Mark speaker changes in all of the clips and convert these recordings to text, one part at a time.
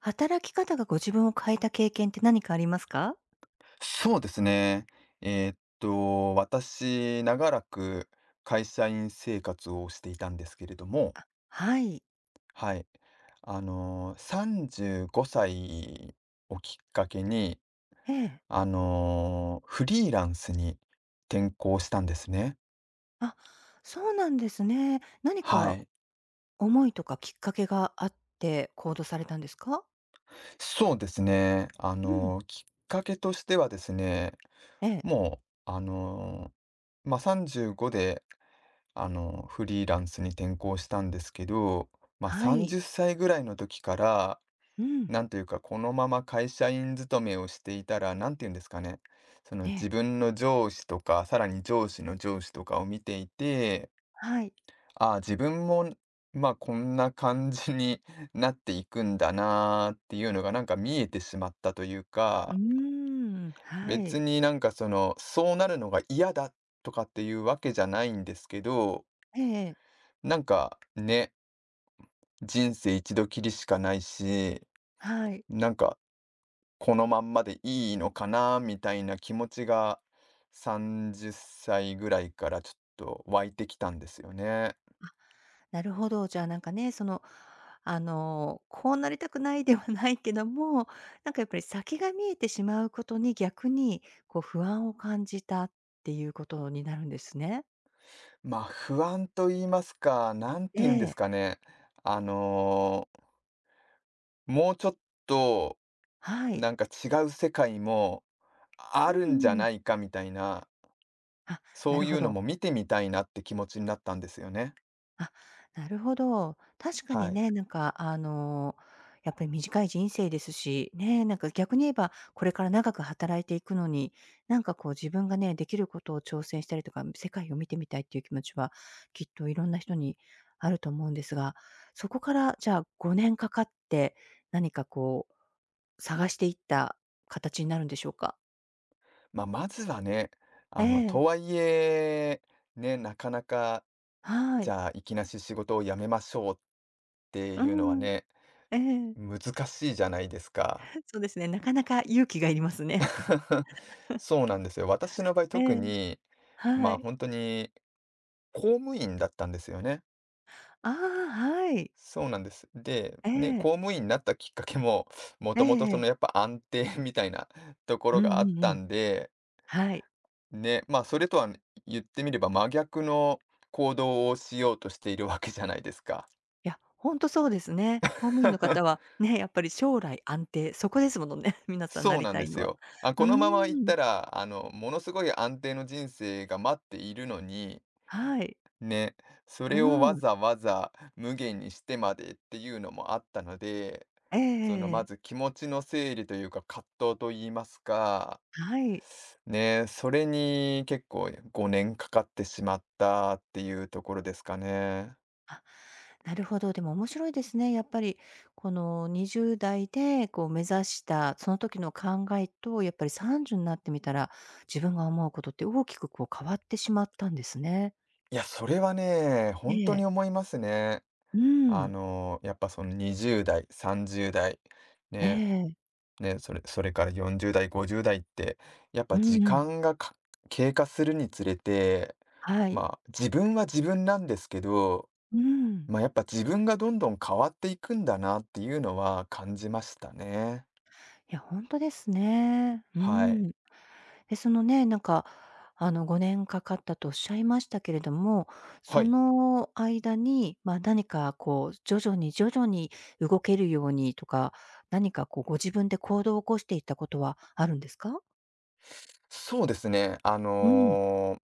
Speaker 1: 働き方がご自分を変えた経験って何かありますか？
Speaker 2: そうですね。私、長らく会社員生活をしていたんですけれども、
Speaker 1: あ、はい。
Speaker 2: はい。35歳をきっかけに、
Speaker 1: ええ。
Speaker 2: フリーランスに転向したんですね。
Speaker 1: あ、そうなんですね。何
Speaker 2: は
Speaker 1: か
Speaker 2: い。
Speaker 1: 思いとかきっかけがあって行動されたんですか？
Speaker 2: そうですね。あ
Speaker 1: うん。
Speaker 2: のきっかけとしてはですね、
Speaker 1: ええ。
Speaker 2: もう、まあ、35でフリーランスに転向したんですけど、まあ、
Speaker 1: はい。
Speaker 2: 30歳ぐらいの時から、
Speaker 1: うん。
Speaker 2: なんというか、このまま会社員勤めをしていたら、なんていうんですかね、その
Speaker 1: え
Speaker 2: 自
Speaker 1: え。
Speaker 2: 分の上司とか、さらに上司の上司とかを見ていて、
Speaker 1: はい。
Speaker 2: ああ、自分も、まあ、こんな感じに なっていくんだなーっていうのが、なんか見えてしまったという
Speaker 1: うー
Speaker 2: か、
Speaker 1: ん。は
Speaker 2: 別
Speaker 1: い。
Speaker 2: になんかその、そうなるのが嫌だとかっていうわけじゃないんですけど、
Speaker 1: ええええ。
Speaker 2: なんかね、人生一度きりしかないし、
Speaker 1: はい。
Speaker 2: なんか、このまんまでいいのかなみたいな気持ちが、30歳ぐらいからちょっと湧いてきたんですよね。
Speaker 1: あ、なるほど。じゃあなんかね、その、あの、こうなりたくないではないけども、なんかやっぱり先が見えてしまうことに逆にこう不安を感じたっていうことになるんですね。
Speaker 2: まあ、不安と言いますか、なん
Speaker 1: え
Speaker 2: て言うんです
Speaker 1: え、
Speaker 2: かね。あの、もうちょっと、
Speaker 1: はい。
Speaker 2: なんか違う世界もあ
Speaker 1: うんう
Speaker 2: るんじゃ
Speaker 1: んうん。
Speaker 2: ないかみたいな、
Speaker 1: あ、な
Speaker 2: そう
Speaker 1: る
Speaker 2: い
Speaker 1: ほ
Speaker 2: うの
Speaker 1: ど。
Speaker 2: も見てみたいなって気持ちになったんですよね。
Speaker 1: あ、なるほど。確か
Speaker 2: は
Speaker 1: に
Speaker 2: い。
Speaker 1: ね、なんかあの、やっぱり短い人生ですし、ね、なんか逆に言えば、これから長く働いていくのに、なんかこう自分がね、できることを挑戦したりとか、世界を見てみたいっていう気持ちは、きっといろんな人にあると思うんですが、そこからじゃあ5年かかって、何かこう探していった形になるんでしょうか？
Speaker 2: まあ、まずはね、
Speaker 1: え
Speaker 2: と
Speaker 1: え、
Speaker 2: はいえ、ね、なかなか、
Speaker 1: は
Speaker 2: じ
Speaker 1: い。
Speaker 2: ゃあ、いきなし仕事を辞めましょうって
Speaker 1: う
Speaker 2: いうのは
Speaker 1: ん、
Speaker 2: ね、
Speaker 1: ええ。
Speaker 2: 難しいじゃないですか。
Speaker 1: そうですね、なかなか勇気がいりますね。
Speaker 2: そうなんですよ。私の場合
Speaker 1: え
Speaker 2: 特
Speaker 1: え、
Speaker 2: に、ま
Speaker 1: は
Speaker 2: あ、
Speaker 1: い。
Speaker 2: 本当に、公務員だったんですよね。
Speaker 1: ああ、はい。
Speaker 2: そうなんです。で、
Speaker 1: え
Speaker 2: ね、
Speaker 1: え。
Speaker 2: 公務員になったきっかけも、も
Speaker 1: え
Speaker 2: ともと
Speaker 1: え
Speaker 2: そ
Speaker 1: え
Speaker 2: のや
Speaker 1: え。
Speaker 2: っぱ安定 みたいなとこ
Speaker 1: う
Speaker 2: ろ
Speaker 1: ん
Speaker 2: が
Speaker 1: う
Speaker 2: あっ
Speaker 1: ん
Speaker 2: た
Speaker 1: うん。
Speaker 2: んで
Speaker 1: はい。
Speaker 2: ね、まあ、それとは、言ってみれば真逆の行動をしようとしているわけじゃないですか。
Speaker 1: いや、ほんとそうですね。公務員の方は、ね、やっぱり将来安定、そこですものね、皆さんな
Speaker 2: そう
Speaker 1: り
Speaker 2: なん
Speaker 1: た
Speaker 2: で
Speaker 1: い
Speaker 2: す
Speaker 1: のは。
Speaker 2: よ。あ、
Speaker 1: う
Speaker 2: このままいっ
Speaker 1: ーん、
Speaker 2: たら、ものすごい安定の人生が待っているのに、
Speaker 1: はい。
Speaker 2: ね、そ
Speaker 1: う
Speaker 2: れをわ
Speaker 1: ん。
Speaker 2: ざわざ無限にしてまでっていうのもあったので、
Speaker 1: ええええ
Speaker 2: ま
Speaker 1: ええ。
Speaker 2: ず気持ちの整理というか、葛藤と言いますか、
Speaker 1: はい。
Speaker 2: ね、それに結構5年かかってしまったっていうところですかね。
Speaker 1: あ、なるほど、でも面白いですね。やっぱりこの20代でこう目指したその時の考えと、やっぱり30になってみたら、自分が思うことって大きくこう変わってしまったんですね。
Speaker 2: いや、それはね、
Speaker 1: え
Speaker 2: 本当に
Speaker 1: え。
Speaker 2: 思いますね。
Speaker 1: うん。
Speaker 2: やっぱその20代、30代、
Speaker 1: え
Speaker 2: ね、
Speaker 1: え。
Speaker 2: ね、それから40代、50代って、やっ
Speaker 1: う
Speaker 2: ぱ時
Speaker 1: んうん。
Speaker 2: 間がか経過するにつれて、
Speaker 1: はい。
Speaker 2: まあ、自分は自分なんですけど、
Speaker 1: うん。
Speaker 2: ま、やっぱ自分がどんどん変わっていくんだなっていうのは感じましたね。
Speaker 1: いや、ほんとですね。う
Speaker 2: はい。
Speaker 1: ん。でそのね、なんか、あの、5年かかったとおっしゃいましたけれども、
Speaker 2: は
Speaker 1: そ
Speaker 2: い。
Speaker 1: の間に、ま、何かこう、徐々に徐々に動けるようにとか、何かこう、ご自分で行動を起こしていったことはあるんですか？
Speaker 2: そうですね、
Speaker 1: うん。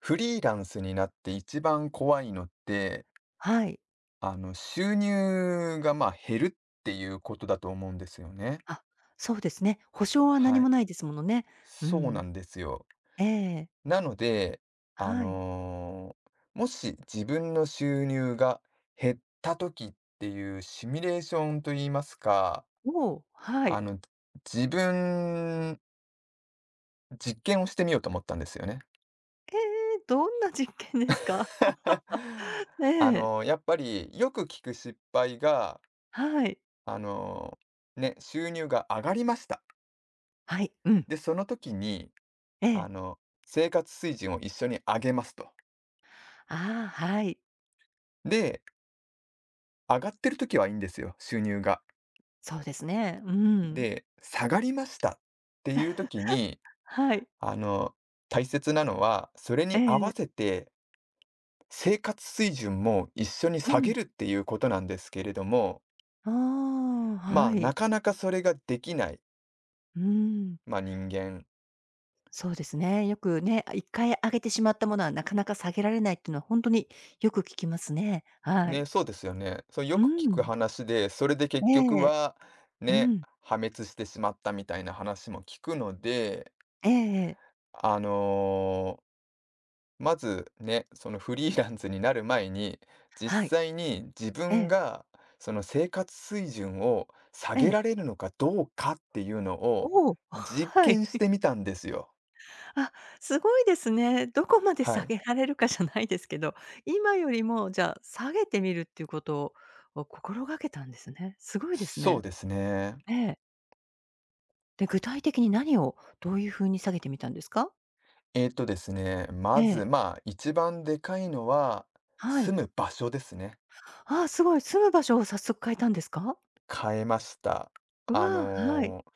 Speaker 2: フリーランスになって一番怖いのって
Speaker 1: はい。
Speaker 2: 収入が、まあ、減るっていうことだと思うんですよね。
Speaker 1: あ、そうですね。保証は
Speaker 2: は
Speaker 1: 何
Speaker 2: い。
Speaker 1: もないですものね。う
Speaker 2: そうな
Speaker 1: ん。
Speaker 2: んですよ。
Speaker 1: ええ。
Speaker 2: なので、あ
Speaker 1: はい。
Speaker 2: の、もし自分の収入が減った時っていうシミュレーションと言いますか、
Speaker 1: おお、は
Speaker 2: あ
Speaker 1: い。
Speaker 2: の、自分、実験をしてみようと思ったんですよね。
Speaker 1: ええ、どんな実験ですか？ええ、
Speaker 2: やっぱりよく聞く失敗が、
Speaker 1: はい。
Speaker 2: あの、ね、収入が上がりました。
Speaker 1: はい、うん、
Speaker 2: で、その時に
Speaker 1: え
Speaker 2: あ
Speaker 1: え。
Speaker 2: の、生活水準を一緒に上げますと。
Speaker 1: ああ、はい。
Speaker 2: で、上がってる時はいいんですよ、収入が。
Speaker 1: そうですね。うん。
Speaker 2: で、下がりましたっていう時に、
Speaker 1: はい、
Speaker 2: あの、大切なのは、それ
Speaker 1: え
Speaker 2: に合わ
Speaker 1: え、
Speaker 2: せて生活水準も一緒に
Speaker 1: う
Speaker 2: 下
Speaker 1: ん。
Speaker 2: げるっていうことなんですけれども、
Speaker 1: ああ、
Speaker 2: ま
Speaker 1: は
Speaker 2: あ、な
Speaker 1: い。
Speaker 2: かなかそれができない、
Speaker 1: うーん、
Speaker 2: まあ、人間。
Speaker 1: そうですね。よくね、あ、回上げてしまったものはなかなか下げられないっていうのはほんとによく聞きますね。は
Speaker 2: ね、
Speaker 1: い。
Speaker 2: そうですよね。そう、よ
Speaker 1: う
Speaker 2: く聞く
Speaker 1: ん。
Speaker 2: 話で、それで結局
Speaker 1: ええ、
Speaker 2: は、
Speaker 1: う
Speaker 2: ね、
Speaker 1: ん。
Speaker 2: 破滅してしまったみたいな話も聞くので、
Speaker 1: ええええ。
Speaker 2: あのまずね、そのフリーランスになる前に、
Speaker 1: はい。
Speaker 2: 実際に自
Speaker 1: え
Speaker 2: 分
Speaker 1: え、
Speaker 2: がその生活水準を下
Speaker 1: え
Speaker 2: げ
Speaker 1: え。
Speaker 2: られるのかどうかっていうのを
Speaker 1: おお、
Speaker 2: 実
Speaker 1: はい。
Speaker 2: 験してみたんですよ。
Speaker 1: あ、すごいですね。どこまで
Speaker 2: は
Speaker 1: 下
Speaker 2: い。
Speaker 1: げられるかじゃないですけど、今よりもじゃあ、下げてみるっていうことを心がけたんですね。すごいです
Speaker 2: そう
Speaker 1: ね。
Speaker 2: ですね。
Speaker 1: ええ。で、具体的に何をどういう風に下げてみたんですか？え
Speaker 2: まず、
Speaker 1: え、
Speaker 2: まあ、一番でかいのは、
Speaker 1: はい。
Speaker 2: 住む場所ですね。
Speaker 1: ああ、すごい。住む場所を早速変えたんですか？
Speaker 2: 変えました。
Speaker 1: う
Speaker 2: あ
Speaker 1: わ、はい。
Speaker 2: のー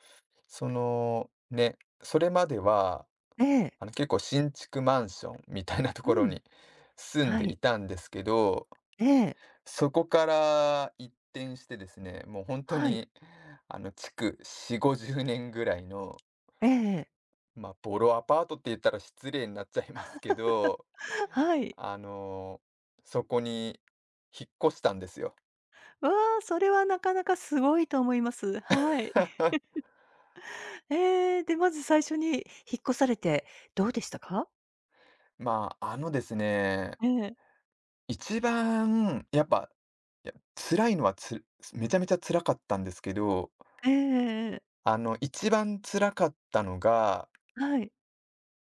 Speaker 2: そのね、それまでは、
Speaker 1: ええ。
Speaker 2: 結構新築マンションみたいなと
Speaker 1: う
Speaker 2: ころ
Speaker 1: ん。
Speaker 2: に住ん
Speaker 1: は
Speaker 2: で
Speaker 1: い。
Speaker 2: いたんですけど、
Speaker 1: ええ。
Speaker 2: そこから一転してですね、もう本当
Speaker 1: はい。
Speaker 2: に、築4、50年ぐらいの、
Speaker 1: ええ
Speaker 2: まあ、ボロアパートって言ったら失礼になっちゃいますけど、
Speaker 1: はい。
Speaker 2: あの、そこに引っ越したんですよ。
Speaker 1: わあ、それはなかなかすごいと思います。はい。ええ、で、まず最初に引っ越されてどうでしたか？
Speaker 2: まあ、あのですね、
Speaker 1: ええ。
Speaker 2: 一番やっぱ、いや辛いのはつめちゃめちゃ辛かったんですけど
Speaker 1: ええええ
Speaker 2: 一番辛かったのが、
Speaker 1: はい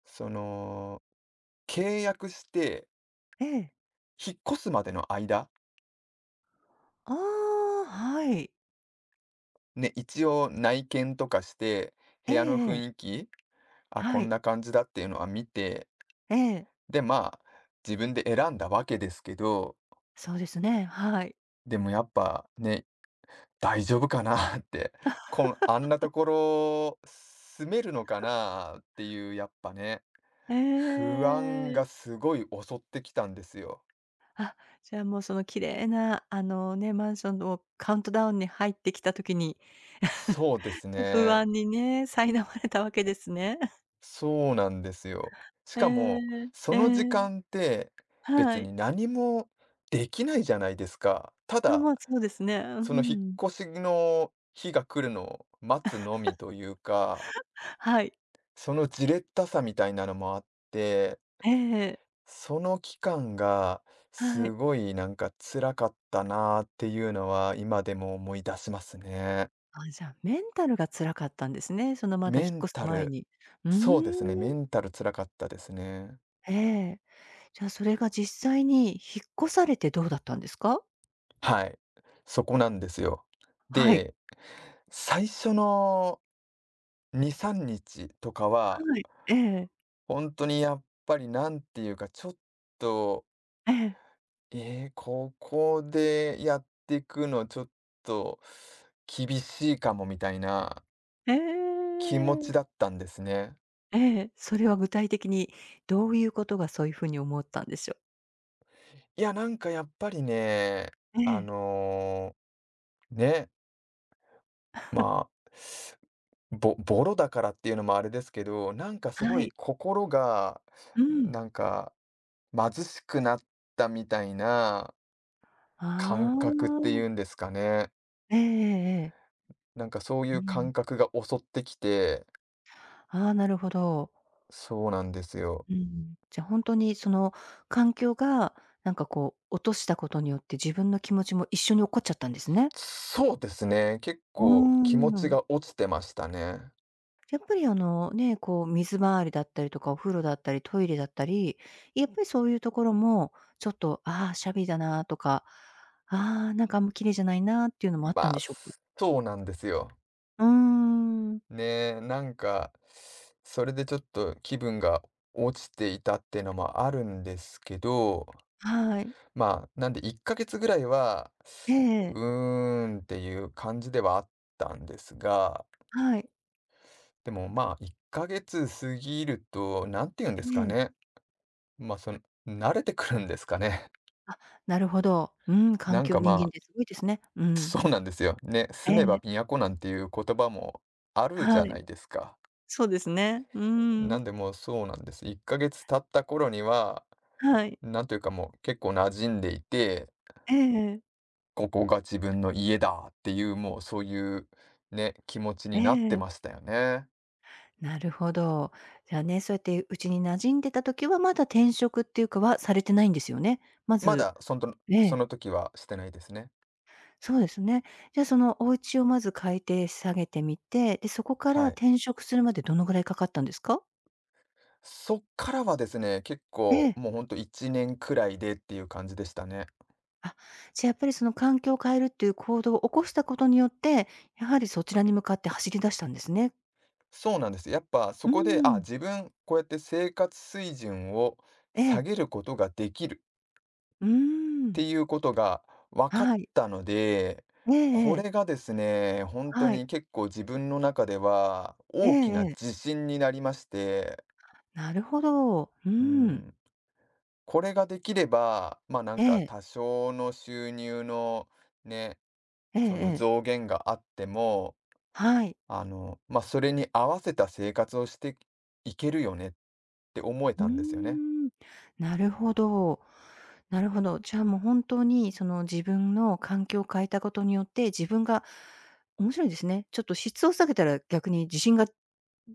Speaker 2: その、契約して
Speaker 1: ええ。はい。
Speaker 2: 引っ越すまでの間、
Speaker 1: はい。
Speaker 2: ね、一応内見とかして、
Speaker 1: え
Speaker 2: 部
Speaker 1: え
Speaker 2: 屋の
Speaker 1: え
Speaker 2: 雰囲
Speaker 1: え。
Speaker 2: 気、あ、こ
Speaker 1: は
Speaker 2: ん
Speaker 1: い。
Speaker 2: な感じだっていうのは見て、
Speaker 1: ええ。
Speaker 2: で、まあ、自分で選んだわけですけど、
Speaker 1: そうですね、はい。
Speaker 2: でもやっぱね、大丈夫かな って、あんなところ住めるのかなっていう、やっぱね、
Speaker 1: え
Speaker 2: 不安が
Speaker 1: え。
Speaker 2: すごい襲ってきたんですよ。
Speaker 1: じゃあ、もう、その綺麗な、あの、ね、マンションのカウントダウンに入ってきた時に、
Speaker 2: そうです
Speaker 1: 不
Speaker 2: ね。
Speaker 1: 安にね、苛まれたわけですね。
Speaker 2: そうなんですよ。し
Speaker 1: え
Speaker 2: か
Speaker 1: え、
Speaker 2: も、そ
Speaker 1: え
Speaker 2: の時
Speaker 1: え、
Speaker 2: 間って
Speaker 1: は
Speaker 2: 別
Speaker 1: い。
Speaker 2: に何もできないじゃないですか。た
Speaker 1: あ、ま
Speaker 2: だ、
Speaker 1: あ、そうですね。う
Speaker 2: その引っ
Speaker 1: ん。
Speaker 2: 越しの日が来るのを待つのみというか、
Speaker 1: はい。
Speaker 2: そのじれったさみたいなのもあって、
Speaker 1: ええええ。
Speaker 2: その期間が
Speaker 1: は
Speaker 2: す
Speaker 1: い。
Speaker 2: ごいなんか辛かったなーっていうのは今でも思い出しますね。
Speaker 1: あ、じゃあ、メンタルが辛かったんですね。その、まだ
Speaker 2: メ
Speaker 1: 引っ
Speaker 2: ン
Speaker 1: 越す
Speaker 2: タ
Speaker 1: 前
Speaker 2: ル、
Speaker 1: に。うー
Speaker 2: そうですね、メ
Speaker 1: ん。
Speaker 2: ンタル辛かったですね。
Speaker 1: ええ。じゃあ、それが実際に引っ越されてどうだったんですか？
Speaker 2: はい、そこなんですよ。
Speaker 1: はい。
Speaker 2: で、最初の2、3日とかは、
Speaker 1: はい。ええ。
Speaker 2: 本当にやっぱりなんていうか、ちょっと、
Speaker 1: ええ。
Speaker 2: ここでやっていくのちょっと厳しいかもみたいな
Speaker 1: え
Speaker 2: 気持ち
Speaker 1: え。
Speaker 2: だったんですね。
Speaker 1: ええ。それは具体的にどういうことがそういう風に思ったんでしょう？
Speaker 2: いや、なんかやっぱりね、
Speaker 1: え
Speaker 2: あ
Speaker 1: え。
Speaker 2: の、ね、まあ、ボロだからっていうのもあれですけど、なんかす
Speaker 1: は
Speaker 2: ごい
Speaker 1: い。
Speaker 2: 心が、
Speaker 1: うん。
Speaker 2: なんか貧しくなったみたいな感
Speaker 1: あ
Speaker 2: 覚ってい
Speaker 1: あ。
Speaker 2: うんですかね。
Speaker 1: ええええええ。
Speaker 2: なんかそうい
Speaker 1: う
Speaker 2: う
Speaker 1: ん。
Speaker 2: 感覚が襲ってきて、
Speaker 1: ああ、なるほど。
Speaker 2: そうなんですよ。
Speaker 1: うん、じゃ、あ本当にその環境が、なんかこう落としたことによって自分の気持ちも一緒に起っこっちゃったんですね。
Speaker 2: そうですね、結
Speaker 1: う
Speaker 2: 構気持
Speaker 1: ー
Speaker 2: ち
Speaker 1: ん。
Speaker 2: が落ちてましたね。
Speaker 1: やっぱりあのね、こう水回りだったりとかお風呂だったりトイレだったり、やっぱりそういうところもちょっと、ああ、シャビだなとか、ああ、なんかあんま綺麗じゃないなっていうのもあっ
Speaker 2: ま
Speaker 1: たんで
Speaker 2: あ、
Speaker 1: しょうか？
Speaker 2: そうなんですよ。
Speaker 1: うーん。
Speaker 2: ねえ、なんか、それでちょっと気分が落ちていたっていうのもあるんですけど、
Speaker 1: はい。
Speaker 2: まあ、なんで1ヶ月ぐらいは、
Speaker 1: え
Speaker 2: う
Speaker 1: え。
Speaker 2: ーんっていう感じではあったんですが、
Speaker 1: はい。
Speaker 2: でも、まあ、1ヶ月過ぎると、なんて言うんで
Speaker 1: え
Speaker 2: すか
Speaker 1: え。
Speaker 2: ね、ま、あその、慣れてくるんですかね。
Speaker 1: あ、なるほど。うん、
Speaker 2: な
Speaker 1: 環
Speaker 2: ん
Speaker 1: 境
Speaker 2: か、
Speaker 1: 人間っ
Speaker 2: まあ、
Speaker 1: てすごいですね。うん。
Speaker 2: そうなんですよ。ね、
Speaker 1: え
Speaker 2: 住めば
Speaker 1: え。
Speaker 2: 都なんていう言葉もあるじ
Speaker 1: は
Speaker 2: ゃな
Speaker 1: い。
Speaker 2: いですか。
Speaker 1: そうですね。うー
Speaker 2: な
Speaker 1: ん。
Speaker 2: んで、もう、そうなんです。1ヶ月経った頃には、
Speaker 1: はい。
Speaker 2: なんというか、もう、結構馴染んでいて、
Speaker 1: ええええ。
Speaker 2: ここが自分の家だっていう、もう、そういうね、気持ちになってましたよね。
Speaker 1: なるほど。じゃあね、そうやってうちに馴染んでた時は、まだ転職っていうかはされてないんですよね。ま
Speaker 2: ま
Speaker 1: ず
Speaker 2: だ、その
Speaker 1: え
Speaker 2: そ
Speaker 1: え、
Speaker 2: の時はしてないですね。
Speaker 1: そうですね。じゃあ、そのお家をまず改定下げてみて、で、そこから
Speaker 2: はい。
Speaker 1: 転職するまでどのぐらいかかったんですか？
Speaker 2: そっからはですね、結
Speaker 1: え
Speaker 2: 構
Speaker 1: え。
Speaker 2: もうほんと1年くらいでっていう感じでしたね。
Speaker 1: あ、じゃあ、やっぱりその環境を変えるっていう行動を起こしたことによって、やはりそちらに向かって走り出したんですね。
Speaker 2: そうなんです。やっぱそ
Speaker 1: うー
Speaker 2: こで、あ、
Speaker 1: ん。
Speaker 2: 自分こうやって生活水準を
Speaker 1: え
Speaker 2: 下
Speaker 1: え。
Speaker 2: げることができる
Speaker 1: うー
Speaker 2: って
Speaker 1: ん。
Speaker 2: いうことが分かっ
Speaker 1: はい。
Speaker 2: たので、
Speaker 1: ええ
Speaker 2: こ
Speaker 1: ええ。
Speaker 2: れがですね、本当
Speaker 1: はい。
Speaker 2: に結構自分の中では
Speaker 1: ええ
Speaker 2: 大きな
Speaker 1: ええ。
Speaker 2: 自信になりまして、
Speaker 1: なるほど。う
Speaker 2: う
Speaker 1: ん。
Speaker 2: ん、これができれば、なん
Speaker 1: え
Speaker 2: か
Speaker 1: え。
Speaker 2: 多少の収入のね
Speaker 1: ええ
Speaker 2: その
Speaker 1: ええ。
Speaker 2: 増減があっても、
Speaker 1: はい。
Speaker 2: まあ、それに合わせた生活をしていけるよねって思え
Speaker 1: うー
Speaker 2: たんですよね。
Speaker 1: ん、なるほど。なるほど。じゃあ、もう本当にその自分の環境を変えたことによって、自分が面白いですね。ちょっと質を下げたら逆に自信が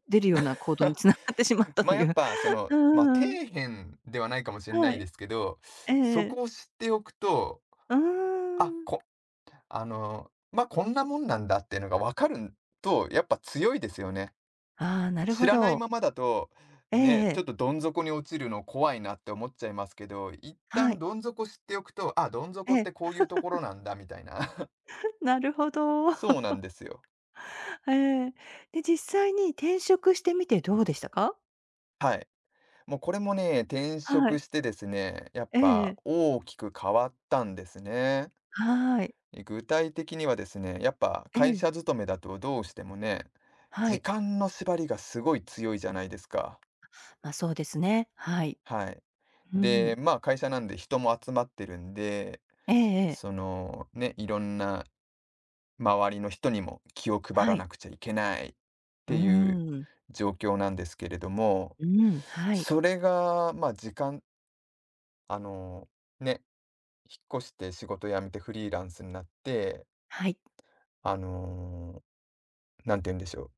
Speaker 1: 出るような行動に繋がってしまっ たと
Speaker 2: ま、や
Speaker 1: い
Speaker 2: っ
Speaker 1: う。
Speaker 2: ぱそ の、
Speaker 1: う
Speaker 2: ま
Speaker 1: ん
Speaker 2: あ、
Speaker 1: う
Speaker 2: 底
Speaker 1: んうん。
Speaker 2: 辺ではないかもしれな
Speaker 1: は
Speaker 2: い
Speaker 1: い。
Speaker 2: ですけど、
Speaker 1: えええ
Speaker 2: そ
Speaker 1: え。
Speaker 2: こを知っておくと、
Speaker 1: うー
Speaker 2: あ、
Speaker 1: ん。
Speaker 2: こあの、ま、こんなもんなんだっていうのが分かると、やっぱ強いですよね。
Speaker 1: ああ、なる
Speaker 2: 知
Speaker 1: ほ
Speaker 2: らない
Speaker 1: ど。
Speaker 2: ままだと、
Speaker 1: えええ
Speaker 2: ね、ちょっ
Speaker 1: え。
Speaker 2: とどん底に落ちるの怖いなって思っちゃいますけど、一
Speaker 1: は
Speaker 2: 旦
Speaker 1: い。
Speaker 2: どん底知っておくと、あ、どん
Speaker 1: え
Speaker 2: 底ってこ
Speaker 1: え。
Speaker 2: ういうところなんだみたいな。
Speaker 1: なるほど。
Speaker 2: そうなんですよ。
Speaker 1: ええ。で、実際に転職してみてどうでしたか？
Speaker 2: はい。もうこれもね、転
Speaker 1: は
Speaker 2: 職
Speaker 1: い。
Speaker 2: してですね、やっ
Speaker 1: え
Speaker 2: ぱ
Speaker 1: ええ
Speaker 2: 大きく変わったんですね。
Speaker 1: はい。
Speaker 2: 具体的にはですね、やっぱ
Speaker 1: え
Speaker 2: 会
Speaker 1: え、
Speaker 2: 社勤めだとどうしてもね、
Speaker 1: は
Speaker 2: 時
Speaker 1: い。
Speaker 2: 間の縛りがすごい強いじゃないですか。
Speaker 1: ま、そうですね。はい。
Speaker 2: はい。
Speaker 1: う
Speaker 2: で、
Speaker 1: ん。
Speaker 2: まあ会社なんで人も集まってるんで、
Speaker 1: ええええ。
Speaker 2: その、ね、いろんな周りの人にも気を配
Speaker 1: は
Speaker 2: ら
Speaker 1: い。
Speaker 2: なくちゃいけないっ
Speaker 1: うー
Speaker 2: ていう
Speaker 1: ん。
Speaker 2: 状況なんですけれども、
Speaker 1: うーん、はい。
Speaker 2: それが、まあ、時間あの、ね、引っ越して仕事辞めてフリーランスになって、
Speaker 1: はい。
Speaker 2: あの、なんて言うんでしょう、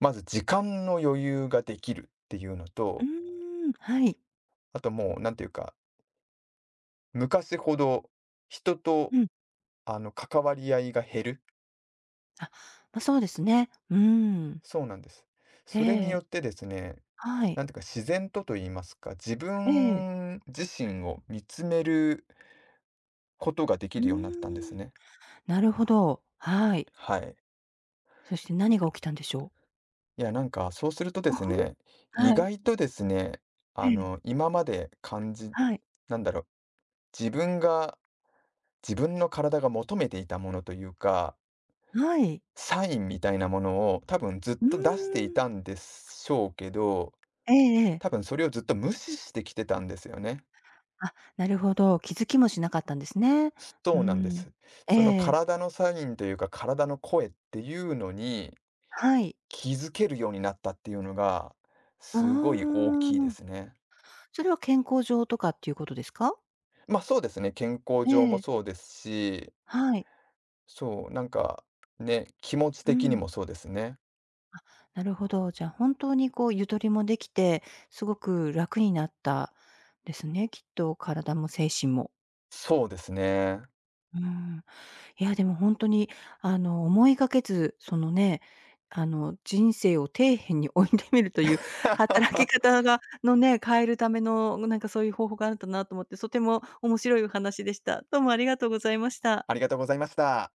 Speaker 2: まず時間の余裕ができるっていうの
Speaker 1: う
Speaker 2: と、
Speaker 1: ーん、はい。
Speaker 2: あともうなんていうか、昔ほど人と、
Speaker 1: うん。
Speaker 2: 関わり合いが減る。
Speaker 1: あ、ま、そうですね。うーん。
Speaker 2: そうなんです。
Speaker 1: え
Speaker 2: それによっ
Speaker 1: え。
Speaker 2: てですね、
Speaker 1: はい。
Speaker 2: なんていうか自然とと言いますか、自
Speaker 1: ええ。
Speaker 2: 分自身を見つめることができ
Speaker 1: うー
Speaker 2: るようになったんです
Speaker 1: ん。
Speaker 2: ね。
Speaker 1: なるほど。はい。
Speaker 2: はい。
Speaker 1: そして何が起きたんでしょう？
Speaker 2: いや、なんかそうするとです ね、意
Speaker 1: はい。
Speaker 2: 外とですね、
Speaker 1: ええ。
Speaker 2: 今まで
Speaker 1: はい。
Speaker 2: なんだろう、自分が、自分の体が求めていたものというか、
Speaker 1: はい。
Speaker 2: サインみたいなものを多分ずっ
Speaker 1: うー
Speaker 2: と出してい
Speaker 1: ん。
Speaker 2: たんでしょうけど、
Speaker 1: ええええ。
Speaker 2: 多分それをずっと無視してきてたんですよね。
Speaker 1: あ、なるほど、気づきもしなかったんですね。う
Speaker 2: そうなんで
Speaker 1: ん。
Speaker 2: す。
Speaker 1: え
Speaker 2: その
Speaker 1: え、
Speaker 2: 体のサインというか、体の声っていうのに
Speaker 1: はい。
Speaker 2: 気づけるようになったっていうのが、
Speaker 1: あ
Speaker 2: すごい大きいで
Speaker 1: あ、
Speaker 2: すね。
Speaker 1: それは健康上とかっていうことですか？
Speaker 2: そうですね、健康
Speaker 1: え
Speaker 2: 上も
Speaker 1: え、
Speaker 2: そうですし、
Speaker 1: はい。
Speaker 2: そう、なんか、ね、気持ち
Speaker 1: う
Speaker 2: 的に
Speaker 1: ん、
Speaker 2: もそうですね。
Speaker 1: なるほど。じゃあ本当にこうゆとりもできて、すごく楽になったですね、きっと体も精神も。
Speaker 2: そうですね。
Speaker 1: うん。いや、でも本当に、あの、思いがけず、そのね、あの、人生を底辺に 置いてみるという 働き 方がのね、変えるための、なんかそういう方法があるんだなと思って、とても面白いお話でした。どうもありがとうございました。
Speaker 2: ありがとうございました。